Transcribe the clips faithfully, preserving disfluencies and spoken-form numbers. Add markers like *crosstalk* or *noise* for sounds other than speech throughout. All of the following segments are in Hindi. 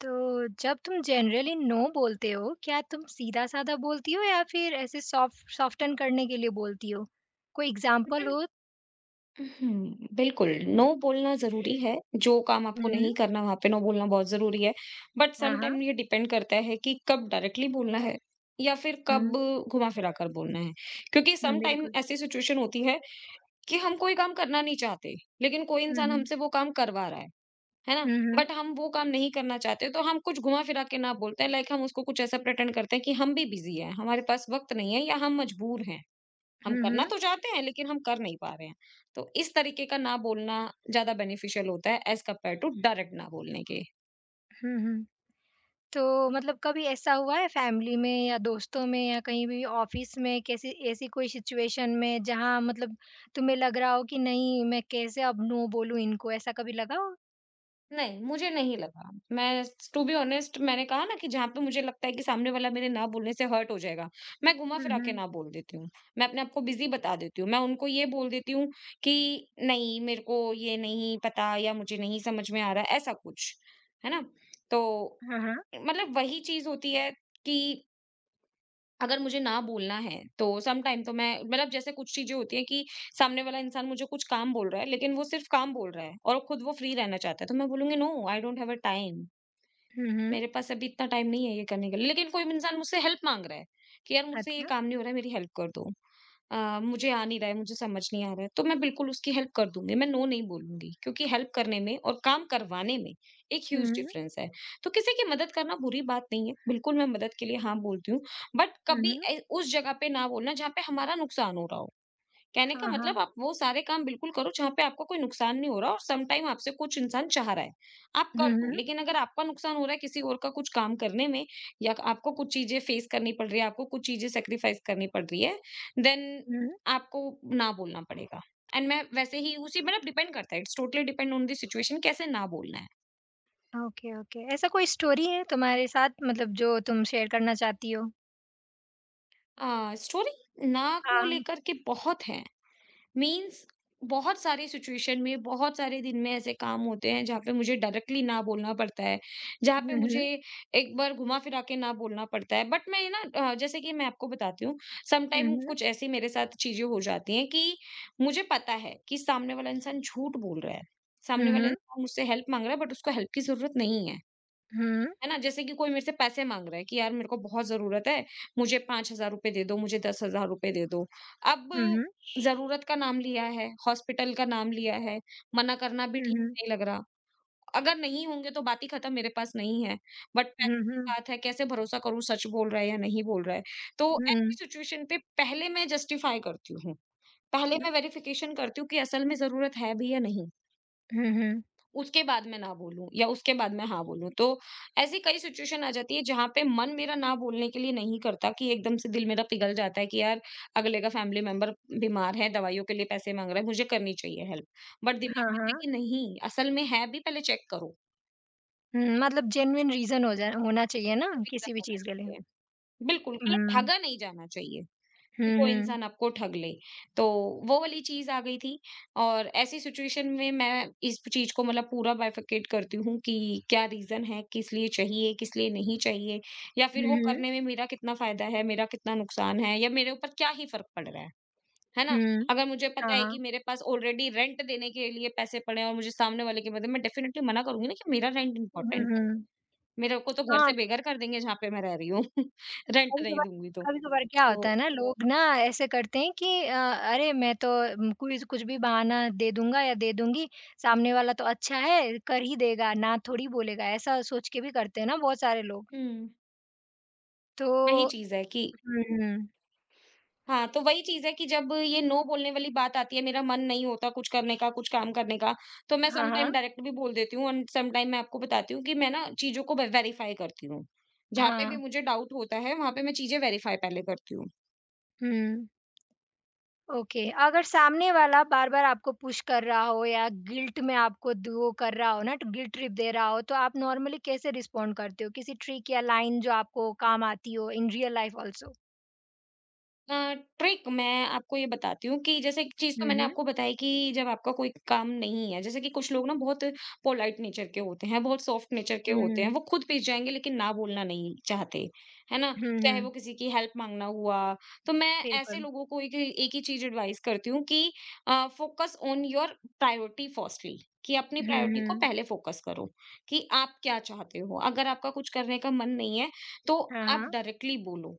तो जब तुम जनरली नो बोलते हो, क्या तुम सीधा-साधा बोलती हो या फिर ऐसे सॉफ्ट सॉफ्टन करने के लिए बोलती हो? कोई एग्ज़ाम्पल हो? हुँ, बिल्कुल, नो बोलना ज़रूरी है, जो काम हुँ, आपको हुँ। नहीं करना वहाँ पे नो बोलना बहुत ज़रूरी है। बट हाँ, हाँ। समटाइम ये डिपेंड करता है कि कब डायरेक्टली बोलना है या फिर कब हुँ, घुमा-फिरा कर बोलना है। क्योंकि हुँ, समटाइम बिल्कुल। ऐसी सिचुएशन होती है कि हम कोई काम करना नहीं चाहते, लेकिन कोई हुँ, इंसान हुँ। हमसे वो काम करवा रहा है, है ना? हुँ, हुँ। बट हम वो काम नहीं करना चाहते तो हम कुछ घुमा-फिरा के ना बोलते हैं लाइक हम उसको कुछ ऐसा प्रिटेंड करते हैं कि हम भी बिज़ी हैं, हमारे पास वक़्त नहीं है या हम मजबूर हैं। हम हुँ, करना हुँ। तो चाहते हैं लेकिन हम कर नहीं पा रहे हैं। तो इस तरीके का ना बोलना ज़्यादा बेनिफिशियल होता है एज़ कम्पेयर टू डायरेक्ट ना बोलने के। हुँ, हुँ। तो मतलब कभी ऐसा हुआ है फैमिली में या दोस्तों में या कहीं भी ऑफ़िस में कैसी ऐसी कोई सिचुएशन में जहाँ मतलब तुम्हें लग रहा हो कि नहीं मैं कैसे अब नो बोलूँ इनको, ऐसा कभी लगा हो? नहीं, मुझे नहीं लगा। मैं टू बी ऑनेस्ट मैंने कहा ना कि जहाँ पे मुझे लगता है कि सामने वाला मेरे ना बोलने से हर्ट हो जाएगा, मैं हुँ, घुमा-फिरा के हुँ। ना बोल देती हूँ। मैं अपने आप को बिज़ी बता देती हूँ। मैं उनको ये बोल देती हूँ कि नहीं मेरे को ये नहीं पता या मुझे नहीं समझ में आ रहा ऐसा कुछ, है ना? तो हाँ, हाँ। मतलब वही चीज़ होती है कि अगर मुझे ना बोलना है, तो सम टाइम तो मैं मतलब जैसे कुछ चीज़ें होती हैं कि सामने वाला इंसान मुझे कुछ काम बोल रहा है, लेकिन वो सिर्फ़ काम बोल रहा है और खुद वो फ्री रहना चाहता है, तो मैं बोलूँगी, "no, I don't have a time." हुँ, हुँ। मेरे पास अभी इतना टाइम नहीं है ये करने के लिए, लेकिन कोई इंसान मुझसे हेल्प माँग रहा है कि यार मुझसे ये अच्छा। काम नहीं हो रहा है, मेरी हेल्प कर दो। अ, मुझे आ नहीं रहा है, मुझे समझ नहीं आ रहा है, तो मैं बिल्कुल उसकी हेल्प कर दूँगी, मैं नो नहीं बोलूँगी क्योंकि हेल्प करने में और काम करवाने में एक हुँ, ह्यूज हुँ। डिफरेंस है। तो किसी की मदद करना बुरी बात नहीं है, बिल्कुल मैं मदद के लिए हाँ बोलती हूँ, बट हुँ, कभी हुँ। ए उस जगह पे ना बोलना जहाँ पे हमारा नुकसान हो रहा हो। कहने का हाँ, मतलब हाँ। आप वो सारे काम बिल्कुल करो जहाँ पे आपको कोई नुकसान नहीं हो रहा और सम टाइम आपसे कुछ इंसान चाह रहा है, आप कर हुँ, दो। हुँ। लेकिन अगर आपका नुकसान हो रहा है किसी और का कुछ काम करने में या आपको कुछ चीज़ें फेस करनी पड़ रही है, आपको कुछ चीज़ें सैक्रिफाइस करनी पड़ रही है, देन हुँ। आपको ना बोलना पड़ेगा। एंड मैं वैसे ही उसी मतलब डिपेंड करता है, it's totally depend on the situation कैसे ना बोलना है। Okay, okay. ऐसा कोई स्टोरी है तुम्हारे साथ मतलब जो तुम शेयर करना चाहती हो? अ, स्टोरी ना को हाँ। लेकर के बहुत है। मीन्स बहुत सारी सिचुएशन में, बहुत सारे दिन में ऐसे काम होते हैं जहाँ पे मुझे डायरेक्टली ना बोलना पड़ता है, जहाँ पे हुँ, मुझे हुँ। एक बार घुमा-फिरा के ना बोलना पड़ता है। बट मैं ना अ, जैसे कि मैं आपको बताती हूँ, सम हुँ, टाइम हुँ। कुछ ऐसी मेरे साथ चीज़ें हो जाती हैं कि मुझे पता है कि सामने वाला इंसान झूठ बोल रहा है, सामने हुँ, वाला हुँ। इंसान मुझसे हेल्प माँग रहा है बट उसको हेल्प की ज़रूरत नहीं है। हुँ। है ना? जैसे कि कोई मेरे से पैसे माँग रहा है कि यार मेरे को बहुत ज़रूरत है, मुझे पाँच हज़ार रुपए दे दो, मुझे दस हज़ार रुपए दे दो। अब हुँ, हुँ। ज़रूरत का नाम लिया है, हॉस्पिटल का नाम लिया है, मना करना भी हुँ, ठीक हुँ। नहीं लग रहा। अगर नहीं होंगे तो बात ही खत्म, मेरे पास नहीं है। बट हुँ, पैसों की हुँ। बात है, कैसे भरोसा करूँ सच बोल रहा है या नहीं बोल रहा है? तो ऐसी हुँ। सिचुएशन पे पहले मैं जस्टिफाई करती हूँ। पहले मैं वेरिफिकेशन करती हूँ कि असल में ज़रूरत है भी या नहीं। हुँ, हुँ, हुँ। उसके बाद मैं ना बोलूँ या उसके बाद मैं हाँ बोलूँ। तो ऐसी कई सिचुएशन आ जाती है जहाँ पे मन मेरा ना बोलने के लिए नहीं करता कि एकदम से दिल मेरा पिघल जाता है कि यार अगले का फैमिली मेंबर बीमार है, दवाइयों के लिए पैसे माँग रहा है, मुझे करनी चाहिए हेल्प। बट दिमाग हाँ, कहता है हाँ। कि नहीं, असल में है भी पहले चेक करो। हुँ, मतलब जेन्युइन रीज़न हो जाए होना चाहिए ना जेन्युइन रीज़न किसी भी होना चीज़ के लिए। चाहिए। बिल्कुल, मतलब हुँ। ठगा नहीं जाना चाहिए। कि हुँ, कोई हुँ। इंसान आपको ठग ले। तो वो वाली चीज़ आ गई थी और ऐसी सिचुएशन में मैं इस चीज़ को मतलब पूरा बाइफरकेट करती हूँ कि क्या रीज़न है, किस लिए चाहिए, किस लिए नहीं चाहिए या फिर हुँ, वो हुँ। करने में मेरा कितना फ़ायदा है, मेरा कितना नुकसान है या मेरे ऊपर क्या ही फ़र्क पड़ रहा है, है ना? हुँ। अगर मुझे पता हाँ, है कि हाँ। मेरे पास ऑलरेडी रेंट देने के लिए पैसे पड़े हैं और मुझे सामने वाले के बदले मैं डेफ़िनिटली मना करूँगी ना कि मेरा रेंट हुँ, इम्पोर्टेंट है। हुँ। मेरे को तो घर से हाँ, बेघर कर देंगे जहाँ पे मैं रह रही हूँ, *laughs* रेंट नहीं कभी-कभार दूँगी तो। कभी-कभार क्या तो होता है ना, लोग ना ऐसे करते हैं कि अ, अरे मैं तो उम, कोई कुछ भी बहाना दे दूँगा या दे दूँगी, सामने वाला तो अच्छा है, कर ही देगा, ना थोड़ी बोलेगा, ऐसा सोच के भी करते हैं ना बहुत सारे लोग। हुँ, तो वही चीज़ है कि हुँ, हाँ, तो वही चीज़ है कि जब ये नो बोलने वाली बात आती है, मेरा मन नहीं होता कुछ करने का, कुछ काम करने का, तो मैं हाँ, सम टाइम हाँ। डायरेक्ट भी बोल देती हूँ एंड सम टाइम मैं आपको बताती हूँ कि मैं ना चीज़ों को वे वेरीफ़ाई करती हूँ। जहाँ पे हाँ, भी मुझे डाउट होता है, वहाँ पे मैं चीज़ें वेरीफ़ाई पहले करती हूँ। हुँ, ओके। अगर सामने वाला बार-बार आपको पुश कर रहा हो या गिल्ट में आपको द वो कर रहा हो ना, तो गिल्ट ट्रिप दे रहा हो, तो आप नॉर्मली कैसे रिस्पॉन्ड करते हो? किसी ट्रिक या लाइन जो आपको काम आती हो in real life also? Uh, trick मैं आपको ये बताती हूँ कि जैसे एक चीज़ तो हुँ, मैंने हुँ। आपको बताई कि जब आपका कोई काम नहीं है, जैसे कि कुछ लोग ना बहुत पोलाइट नेचर के होते हैं, बहुत सॉफ्ट नेचर के हुँ, होते हैं, हुँ। वो खुद पिस जाएँगे लेकिन ना बोलना नहीं चाहते, है ना? हुँ, चाहे हुँ। वो किसी की हेल्प माँगना हुआ, तो मैं ऐसे बिल्कुल। लोगों को एक एक ही चीज़ एडवाइस करती हूँ कि uh, focus on your priority firstly कि अपनी हुँ, प्रायोरिटी को हुँ। पहले फोकस करो, कि आप क्या चाहते हो? अगर आपका कुछ करने का मन नहीं है, तो हाँ, आप हाँ। डायरेक्टली बोलो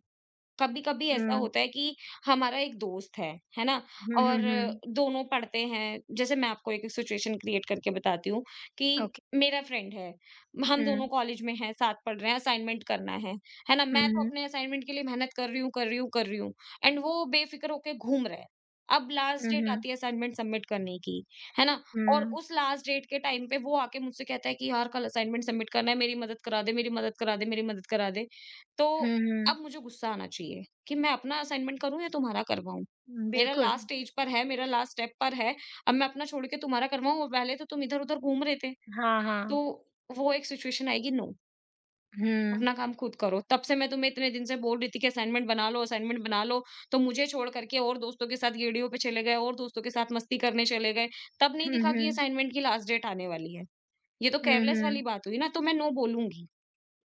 कभी-कभी ऐसा हुँ। होता है कि हमारा एक दोस्त है, है ना? हुँ, हुँ, और हुँ। दोनों पढ़ते हैं जैसे मैं आपको एक सिचुएशन क्रिएट करके बताती हूँ कि ओके। मेरा फ्रेंड है, हम दोनों हुँ। कॉलेज में हैं, साथ पढ़ रहे हैं, असाइनमेंट करना है, है ना? हुँ, मैं तो हुँ। अपने असाइनमेंट के लिए मेहनत कर रही हूँ, कर रही हूँ, कर रही हूँ एंड वो बेफ़िक्र होके घूम रहा है। अब लास्ट हुँ, डेट हुँ। आती है असाइनमेंट सबमिट करने की, है ना? और हुँ। उस लास्ट डेट के टाइम पे वो आके मुझसे कहता है कि यार कल असाइनमेंट सबमिट करना है, मेरी मदद करा दे, मेरी मदद करा दे, मेरी मदद करा दे। तो हुँ, अब हुँ। मुझे गुस्सा आना चाहिए कि मैं अपना असाइनमेंट करूँ या तुम्हारा करवाऊँ? मेरा बिल्कुल। लास्ट स्टेज पर है, मेरा लास्ट स्टेप पर है, अब मैं अपना छोड़ के तुम्हारा करवाऊँ और पहले तो तुम इधर-उधर घूम रहे थे। हाँ, हाँ। तो वो एक सिचुएशन आएगी नो, हुँ। अपना काम खुद करो। तब से मैं तुम्हें इतने दिन से बोल रही थी कि असाइनमेंट बना लो, असाइनमेंट बना लो, तो मुझे छोड़ कर के और दोस्तों के साथ गेड़ियों पे चले गए और दोस्तों के साथ मस्ती करने चले गए। तब नहीं हुँ, दिखा कि हुँ। असाइनमेंट की लास्ट डेट आने वाली है। ये तो हुँ, केयरलेस वाली हुँ। बात हुई ना, तो मैं नो बोलूँगी।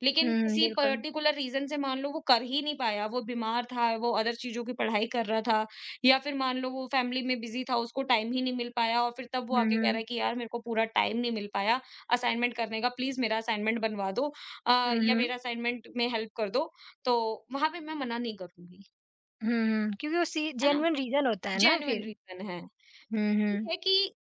लेकिन हुँ, किसी बिल्कुल। पर्टिकुलर रीज़न से मान लो वो कर ही नहीं पाया, वो बीमार था, वो अदर चीज़ों की पढ़ाई कर रहा था या फिर मान लो वो फैमिली में बिज़ी था, उसको टाइम ही नहीं मिल पाया और फिर तब वो हुँ, आके कह रहा हुँ। है कि यार मेरे को पूरा टाइम नहीं मिल पाया असाइनमेंट करने का, प्लीज़ मेरा असाइनमेंट बनवा दो अ, हुँ, या हुँ। मेरा असाइनमेंट में हेल्प कर दो। तो वहाँ पे मैं मना नहीं करूँगी, हुँ, हुँ। क्योंकि वो सी है ना? जेन्युइन रीज़न होता है ना जेन्युइन फिर। रीज़न है। हुँ, ये हुँ। है कि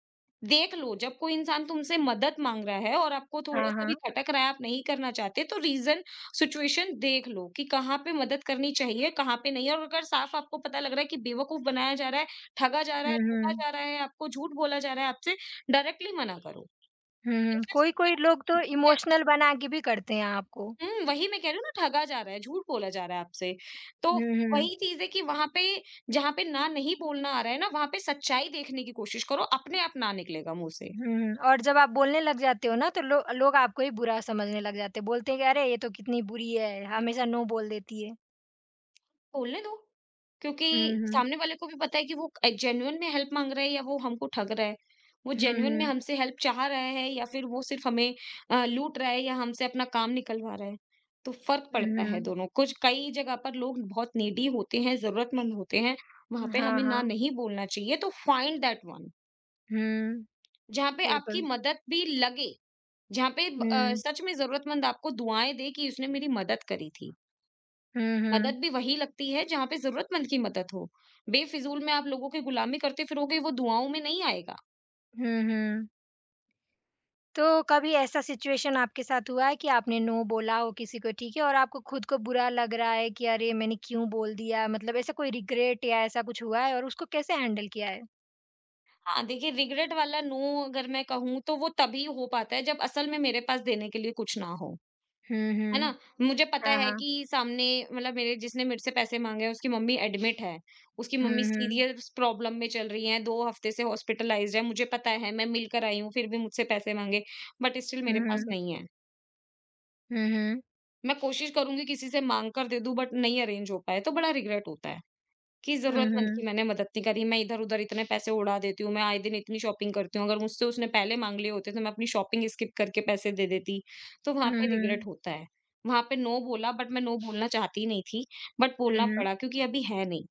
देख लो, जब कोई इंसान तुमसे मदद माँग रहा है और आपको हाँ, थोड़ा-सा हाँ। भी खटक रहा है, आप नहीं करना चाहते, तो रीज़न सिचुएशन देख लो कि कहाँ पे मदद करनी चाहिए, कहाँ पे नहीं। और अगर साफ़ आपको पता लग रहा है कि बेवकूफ़ बनाया जा रहा है, ठगा जा रहा है, हुँ, लूटा हुँ। जा रहा है, आपको झूठ बोला जा रहा है, आपसे डायरेक्टली मना करो। हुँ, हुँ। पेशेंस नहीं कोई-कोई लोग तो आती। इमोशनल बना के भी करते हैं आपको। हुँ, वही मैं कह रही हूँ ना, ठगा जा रहा है, झूठ बोला जा रहा है आपसे। तो हुँ, हुँ। वही चीज़ है कि वहाँ पे जहाँ पे ना नहीं बोलना आ रहा है ना, वहाँ पे सच्चाई देखने की कोशिश करो, अपने आप ना निकलेगा मुँह से। हुँ, और जब आप बोलने लग जाते हो ना तो लो लोग आपको ही बुरा समझने लग जाते हैं। बोलते हैं कि अरे ये तो कितनी बुरी है, हमेशा नो बोल देती है। बोलने दो, क्योंकि हुँ, हुँ। सामने वाले को भी पता है कि वो अ, जेन्युइन में हेल्प माँग रहा है या वो हमको ठग रहा है। वो हुँ, जेन्युइन में हुँ। हमसे हेल्प चाह रहा है या फिर वो सिर्फ़ हमें अ, लूट रहा है या हमसे अपना काम निकलवा रहा है। तो फ़र्क हुँ, पड़ता है हुँ। दोनों कुछ कई जगह पर लोग बहुत नीडी होते हैं, ज़रूरतमंद होते हैं, वहाँ पे हाँ, हमें ना हाँ। नहीं बोलना चाहिए। तो फाइंड दैट वन हुँ, जहाँ पे आपकी बिल्कुल। मदद भी लगे, जहाँ पे ब अ, हुँ। सच में ज़रूरतमंद आपको दुआएँ दे कि उसने मेरी मदद करी थी। हुँ, हुँ। मदद भी वही लगती है जहाँ पे जरूरतमंद की मदद हो। बेफिजूल में आप लोगों की गुलामी करते फिरोगे वो दुआओं में नहीं आएगा। हुँ, हुँ। तो कभी ऐसा सिचुएशन आपके साथ हुआ है कि आपने नो बोला हो किसी को ठीक है और आपको खुद को बुरा लग रहा है कि अरे मैंने क्यों बोल दिया? मतलब ऐसा कोई रिग्रेट या ऐसा कुछ हुआ है और उसको कैसे हैंडल किया है? हाँ, देखिए रिग्रेट वाला नो अगर मैं कहूँ तो वो तभी हो पाता है जब असल में मेरे पास देने के लिए कुछ ना हो। हुँ, है ना? हुँ। मुझे पता हाँ, है हाँ। कि सामने मतलब मेरे जिसने मेरे से पैसे माँगे हैं उसकी मम्मी एडमिट है। उसकी हुँ, मम्मी हुँ। सीरियस प्रॉब्लम में चल रही हैं, दो हफ्ते से हॉस्पिटलाइज़्ड है। मुझे पता है मैं मिल कर आई हूँ फिर भी मुझसे पैसे माँगे बट स्टिल हुँ, मेरे पास हुँ। नहीं है। हुँ, हुँ। मैं कोशिश करूँगी किसी से माँग कर दे दूँ बट नहीं अरेंज हो पाए तो बड़ा रिग्रेट होता है। कि हुँ, ज़रूरतमंद की हुँ। मैंने मदद नहीं करी, मैं इधर-उधर इतने पैसे उड़ा देती हूँ, मैं आए दिन इतनी शॉपिंग करती हूँ, अगर मुझसे उसने पहले माँग लिए होते तो मैं अपनी शॉपिंग स्किप करके पैसे दे देती, तो वहाँ हुँ, पे रिग्रेट हुँ। होता है। वहाँ पे नो बोला बट मैं नो बोलना चाहती नहीं थी, बट हुँ, बोलना हुँ। पड़ा क्योंकि अभी है नहीं,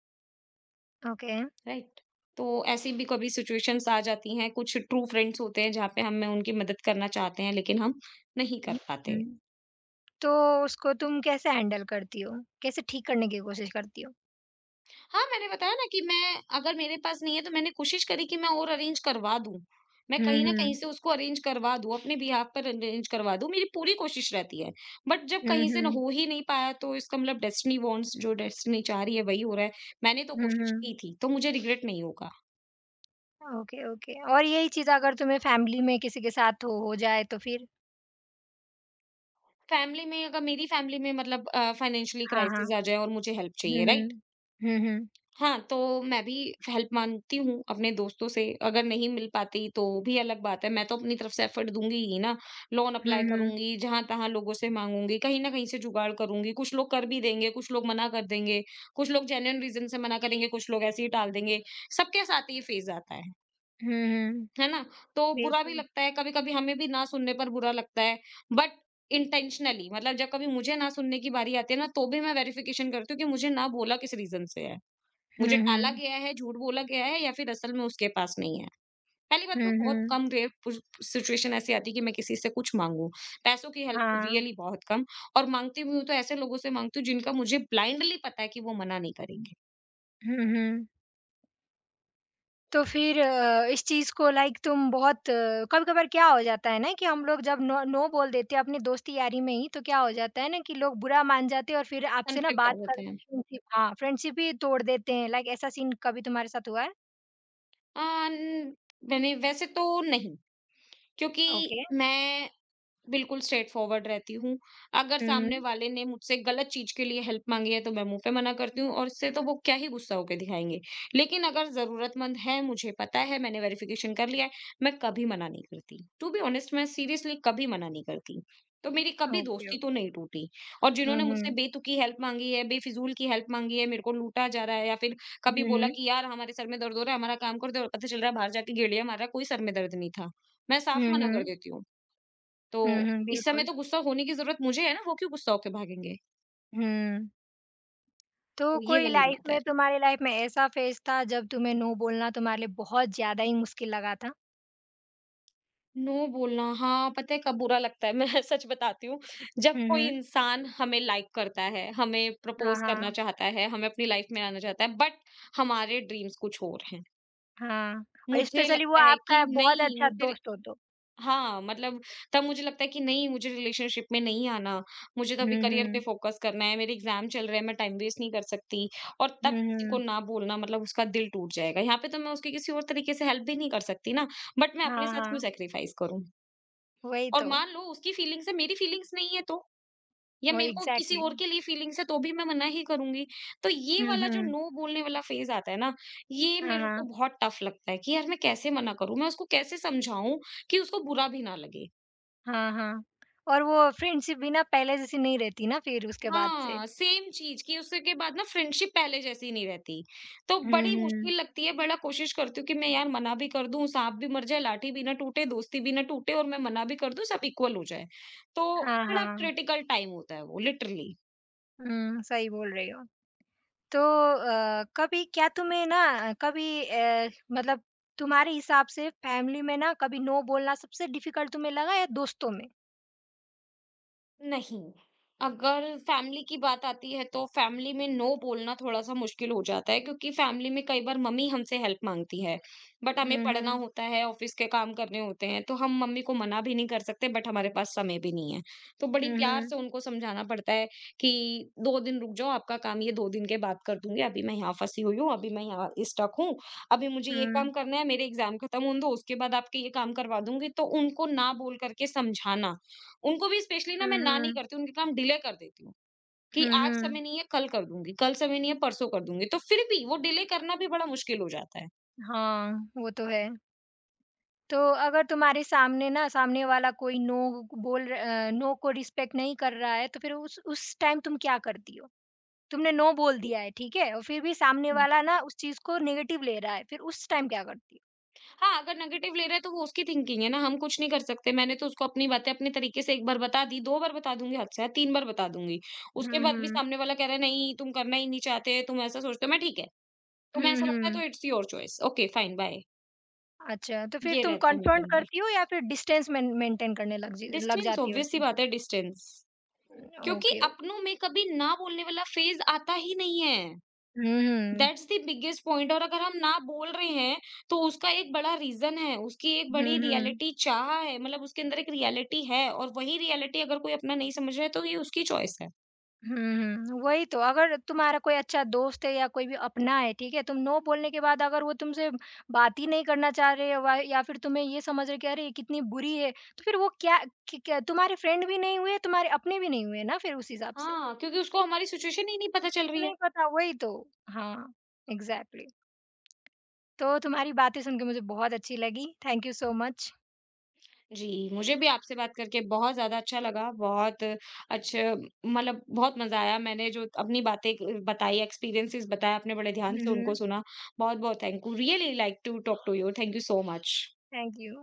ओके। राइट? तो ऐसी भी कभी सिचुएशंस आ जाती हैं, कुछ ट्रू फ्रेंड्स होते हैं जहाँ पे हमें उनकी मदद करना चाहते हैं लेकिन हम नहीं कर हुँ, पाते। हुँ। तो उसको तुम कैसे हैंडल करती हो? कैसे ठीक करने की कोशिश करती हो? हाँ, मैंने बताया ना कि मैं अगर मेरे पास नहीं है तो मैंने कोशिश करी कि मैं और अरेंज करवा दूँ। मैं हुँ, कहीं न कहीं हुँ। से उसको अरेंज करवा दूँ, अपने बिहाफ़ पर अरेंज करवा दूँ, मेरी पूरी कोशिश रहती है। बट जब हुँ, कहीं से ना हुँ। हो ही नहीं पाया तो इसका मतलब डेस्टिनी वांट्स जो डेस्टिनी चाह रही है वही हो रहा है। मैंने तो हुँ, कोशिश हुँ। की थी, तो मुझे रिग्रेट नहीं होगा। ओके, ओके और यही चीज़ अगर तुम्हें फैमिली में किसी के साथ हो हो जाए तो फिर? फैमिली में अगर मेरी फैमिली में मतलब अ, फाइनेंशियली हाँ, क्राइसिस हाँ। आ जाए और मुझे हेल्प हुँ, चाहिए, राइट? हुँ। हुँ, हुँ। हाँ, तो मैं भी हेल्प माँगती हूँ अपने दोस्तों से, अगर नहीं मिल पाती तो भी अलग बात है, मैं तो अपनी तरफ से एफर्ट दूँगी ही ना। लोन हुँ, अप्लाई हुँ। करूँगी, जहाँ-तहाँ लोगों से माँगूँगी, कहीं न कहीं से जुगाड़ करूँगी। कुछ लोग कर भी देंगे, कुछ लोग मना कर देंगे, कुछ लोग जेन्युइन रीज़न से मना करेंगे, कुछ लोग ऐसे ही टाल देंगे। सबके साथ ये फ़ेज़ आता है, हुँ, हुँ। है ना? तो बुरा भी बिल्कुल। लगता है, कभी-कभी हमें भी ना सुनने पर बुरा लगता है, बट इंटेंशनली मतलब जब कभी मुझे ना सुनने की बारी आती है ना, तो भी मैं वेरिफ़िकेशन करती हूँ कि मुझे ना बोला किस रीज़न से है। मुझे हुँ, टाला हुँ। गया है, झूठ बोला गया है या फिर असल में उसके पास नहीं है। पहली बात हुँ, तो बहुत हुँ। कम रेयर पुश सिचुएशन ऐसी आती है कि मैं किसी से कुछ माँगूँ। पैसों की हेल्प तो हाँ। रियली बहुत कम और माँगती भी हूँ तो ऐसे लोगों से माँगती हूँ जिनका मुझे ब्लाइंडली पता है कि वो मना नहीं करेंगे। हुँ, हुँ। तो फिर अ, इस चीज़ को लाइक तुम बहुत कभी-कभार क्या हो जाता है ना कि हम लोग जब नो नो बोल देते हैं अपनी दोस्ती-यारी में ही, तो क्या हो जाता है ना कि लोग बुरा मान जाते हैं और फिर आपसे ना कॉन्फ्लिक्ट आ बात जाता करना है। फ्रेंडशिप हाँ, फ्रेंडशिप ही तोड़ देते हैं। लाइक ऐसा सीन कभी तुम्हारे साथ हुआ है? अ, न मैंने वैसे तो नहीं क्योंकि ओके। मैं बिल्कुल स्ट्रेट फॉरवर्ड रहती हूँ। अगर हुँ, हुँ। सामने वाले ने मुझसे गलत चीज़ के लिए हेल्प माँगी है, तो मैं मुँह पे मना करती हूँ और इससे तो वो क्या ही गुस्सा होके दिखाएँगे। लेकिन अगर ज़रूरतमंद है, मुझे पता है, मैंने वेरिफ़िकेशन कर लिया है, मैं कभी मना नहीं करती। टू बी ऑनेस्ट मैं सीरियसली कभी मना नहीं करती। तो मेरी कभी ओके, दोस्ती तो ओके। नहीं टूटी और हुँ, जिन्होंने मुझसे हुँ। बेतुकी हेल्प माँगी है, बेफिज़ूल की हेल्प माँगी है, मेरे को लूटा जा रहा है या फिर हुँ, कभी बोला हुँ। कि, "यार, हमारे सर में दर्द हो रहा है, हमारा काम कर दो" और पता चल रहा है बाहर जाके गेड़िया मार रहा है, कोई सर में दर्द नहीं था। मैं साफ़ हुँ, मना कर हुँ। देती हूँ। हुँ, तो हुँ, इस समय बिल्कुल। तो गुस्सा होने की ज़रूरत मुझे है ना, वो क्यों गुस्सा होके भागेंगे? हुँ। तो तो ये कोई वाली लाइफ बात है। में तुम्हारी लाइफ में ऐसा फेज़ था जब तुम्हें नो बोलना तुम्हारे लिए बहुत ज़्यादा ही मुश्किल लगा था? नो बोलना हाँ, पता है कब बुरा लगता है? मैं *laughs* सच बताती हूँ, जब हुँ, कोई हुँ। इंसान हमें लाइक करता है, हमें हाँ, प्रपोज़ करना हाँ। चाहता है, हमें अपनी लाइफ़ में आना चाहता है, बट हमारे ड्रीम्स कुछ और हैं। हाँ, और मुझे स्पेशली वो लगता है आपका कि बहुत नहीं, अच्छा मुझे दोस्त हो तो। हाँ, मतलब तब मुझे लगता है कि नहीं मुझे रिलेशनशिप में नहीं आना, मुझे तो अभी हुँ, करियर पे हुँ। फ़ोकस करना है, मेरे एग्ज़ाम चल रहे हैं, मैं टाइम वेस्ट नहीं कर सकती और तब हुँ, किसी को हुँ। ना बोलना मतलब उसका दिल टूट जाएगा। यहाँ पे तो मैं उसकी किसी और तरीके से हेल्प भी नहीं कर सकती ना, बट मैं अपने हाँ, साथ हाँ, क्यों सैक्रिफाइस करूँ? वही और तो, मान लो उसकी फीलिंग्स है, मेरी फीलिंग्स नहीं है तो? या वही मेरे को किसी एग्ज़ैक्टली। और के लिए फीलिंग्स है तो भी मैं मना ही करूँगी। तो ये हुँ, वाला जो हुँ। नो बोलने वाला फ़ेज़ आता है ना, ये हाँ, मेरे को हाँ। बहुत टफ लगता है कि यार मैं कैसे मना करूँ? मैं उसको कैसे समझाऊँ कि उसको बुरा भी ना लगे? हाँ, हाँ। और वो फ्रेंडशिप भी ना पहले जैसी नहीं रहती ना फिर उसके बाद से। हाँ, सेम चीज़ कि उसके बाद ना फ्रेंडशिप पहले जैसी नहीं रहती। तो हुँ, बड़ी मुश्किल हुँ। लगती है, बड़ा कोशिश करती हूँ कि मैं यार मना भी कर दूँ, साँप भी मर जाए, लाठी भी ना टूटे, दोस्ती भी ना टूटे और मैं मना भी कर दूँ, सब इक्वल हो जाए। तो हाँ, बड़ा हाँ। क्रिटिकल टाइम होता है वो लिटरली। हुँ, सही बोल रही हो। तो अ, कभी क्या तुम्हें ना कभी अ, मतलब तुम्हारे हिसाब से फैमिली में ना कभी नो बोलना सबसे डिफ़िकल्ट तुम्हें लगा या दोस्तों में? नहीं, अगर फैमिली की बात आती है तो फैमिली में नो बोलना थोड़ा-सा मुश्किल हो जाता है क्योंकि फैमिली में कई बार मम्मी हमसे हेल्प माँगती है। बट हमें हुँ, पढ़ना हुँ। होता है, ऑफ़िस के काम करने होते हैं, तो हम मम्मी को मना भी नहीं कर सकते बट हमारे पास समय भी नहीं है। तो बड़ी हुँ, प्यार हुँ। से उनको समझाना पड़ता है कि दो दिन रुक जाओ, आपका काम ये दो दिन के बाद कर दूँगी, अभी मैं यहाँ फँसी हुई हूँ, अभी मैं यहाँ स्टक हूँ, अभी मुझे ये हुँ। काम करना है, मेरे एग्ज़ाम खत्म होने दो, उसके बाद आपके ये काम करवा दूँगी। तो उनको ना बोल करके समझाना उनको भी स्पेशली ना मैं हुँ, ना नहीं हुँ। करती हूँ, उनके काम डिले कर देती हूँ कि हुँ, आज समय हुँ। नहीं है कल कर दूँगी, कल समय नहीं है परसों कर दूँगी। तो फिर भी वो डिले करना भी बड़ा मुश्किल हो जाता है। हाँ, वो तो है। तो अगर तुम्हारे सामने ना सामने वाला कोई नो बोल र अ, नो को रिस्पेक्ट नहीं कर रहा है, तो फिर उस उस टाइम तुम क्या करती हो? तुमने नो बोल दिया है, ठीक है? और फिर भी सामने हुँ। वाला ना उस चीज़ को नेगेटिव ले रहा है, फिर उस टाइम क्या करती हो? हाँ, अगर नेगेटिव ले रहा है तो वो उसकी थिंकिंग है ना, हम कुछ नहीं कर सकते। मैंने तो उसको अपनी बातें अपने तरीके से एक बार बता दी, दो बार बता दूँगी हद से हद तीन बार बता दूँगी। उसके हुँ, बाद भी हुँ। सामने वाला कह रहा है नहीं तुम करना ही नहीं चाहते, तुम ऐसा सोचते हो। मैं ठीक है, तुम्हें हुँ, ऐसा लगता है तो हुँ। It's your choice. Okay fine bye. अच्छा, तो फिर ये तुम रहता है मेरे कॉन्फ्रॉन्ट अंदर। करती हो या फिर डिस्टेंस मेन मेंटेन करने लग जी लग डिस्टेंस जाती हो? ऑब्वियस सी बात है डिस्टेंस। क्योंकि ओके, ओ अपनों में कभी ना बोलने वाला फ़ेज़ आता ही नहीं है। हुँ, हुँ। दैट्स द बिगेस्ट पॉइंट और अगर हम ना बोल रहे हैं, तो उसका एक बड़ा रीज़न है, उसकी एक बड़ी हुँ, हुँ। रियलिटी चाह है, मतलब उसके अंदर एक रियलिटी है और वही रियलिटी अगर कोई अपना नहीं समझ रहा है, तो ये उसकी चॉइस है। हुँ, वही तो, अगर तुम्हारा कोई अच्छा दोस्त है या कोई भी अपना है, ठीक है? तुम नो बोलने के बाद अगर वो तुमसे बात ही नहीं करना चाह रहे व या फिर तुम्हें ये समझ रहे कि अरे! ये कितनी बुरी है, तो फिर वो क्या क क्या तुम्हारे फ्रेंड भी नहीं हुए, तुम्हारे अपने भी नहीं हुए ना फिर उस हिसाब से। हाँ, क्योंकि उसको हमारी सिचुएशन ही नहीं पता चल रही है। नहीं पता, वही तो। हाँ, इग्ज़ैक्टली। तो तुम्हारी बातें सुन के मुझे बहुत अच्छी लगी। Thank you so much. जी, मुझे भी आपसे बात करके बहुत ज़्यादा अच्छा लगा, बहुत अच्छा मतलब बहुत मज़ा आया। मैंने जो अपनी बातें क बताई, एक्सपीरियंसेस बताए, आपने बड़े ध्यान हुँ, से उनको हुँ। सुना। बहुत-बहुत thank you. Really like to talk to you. Thank you so much. Thank you.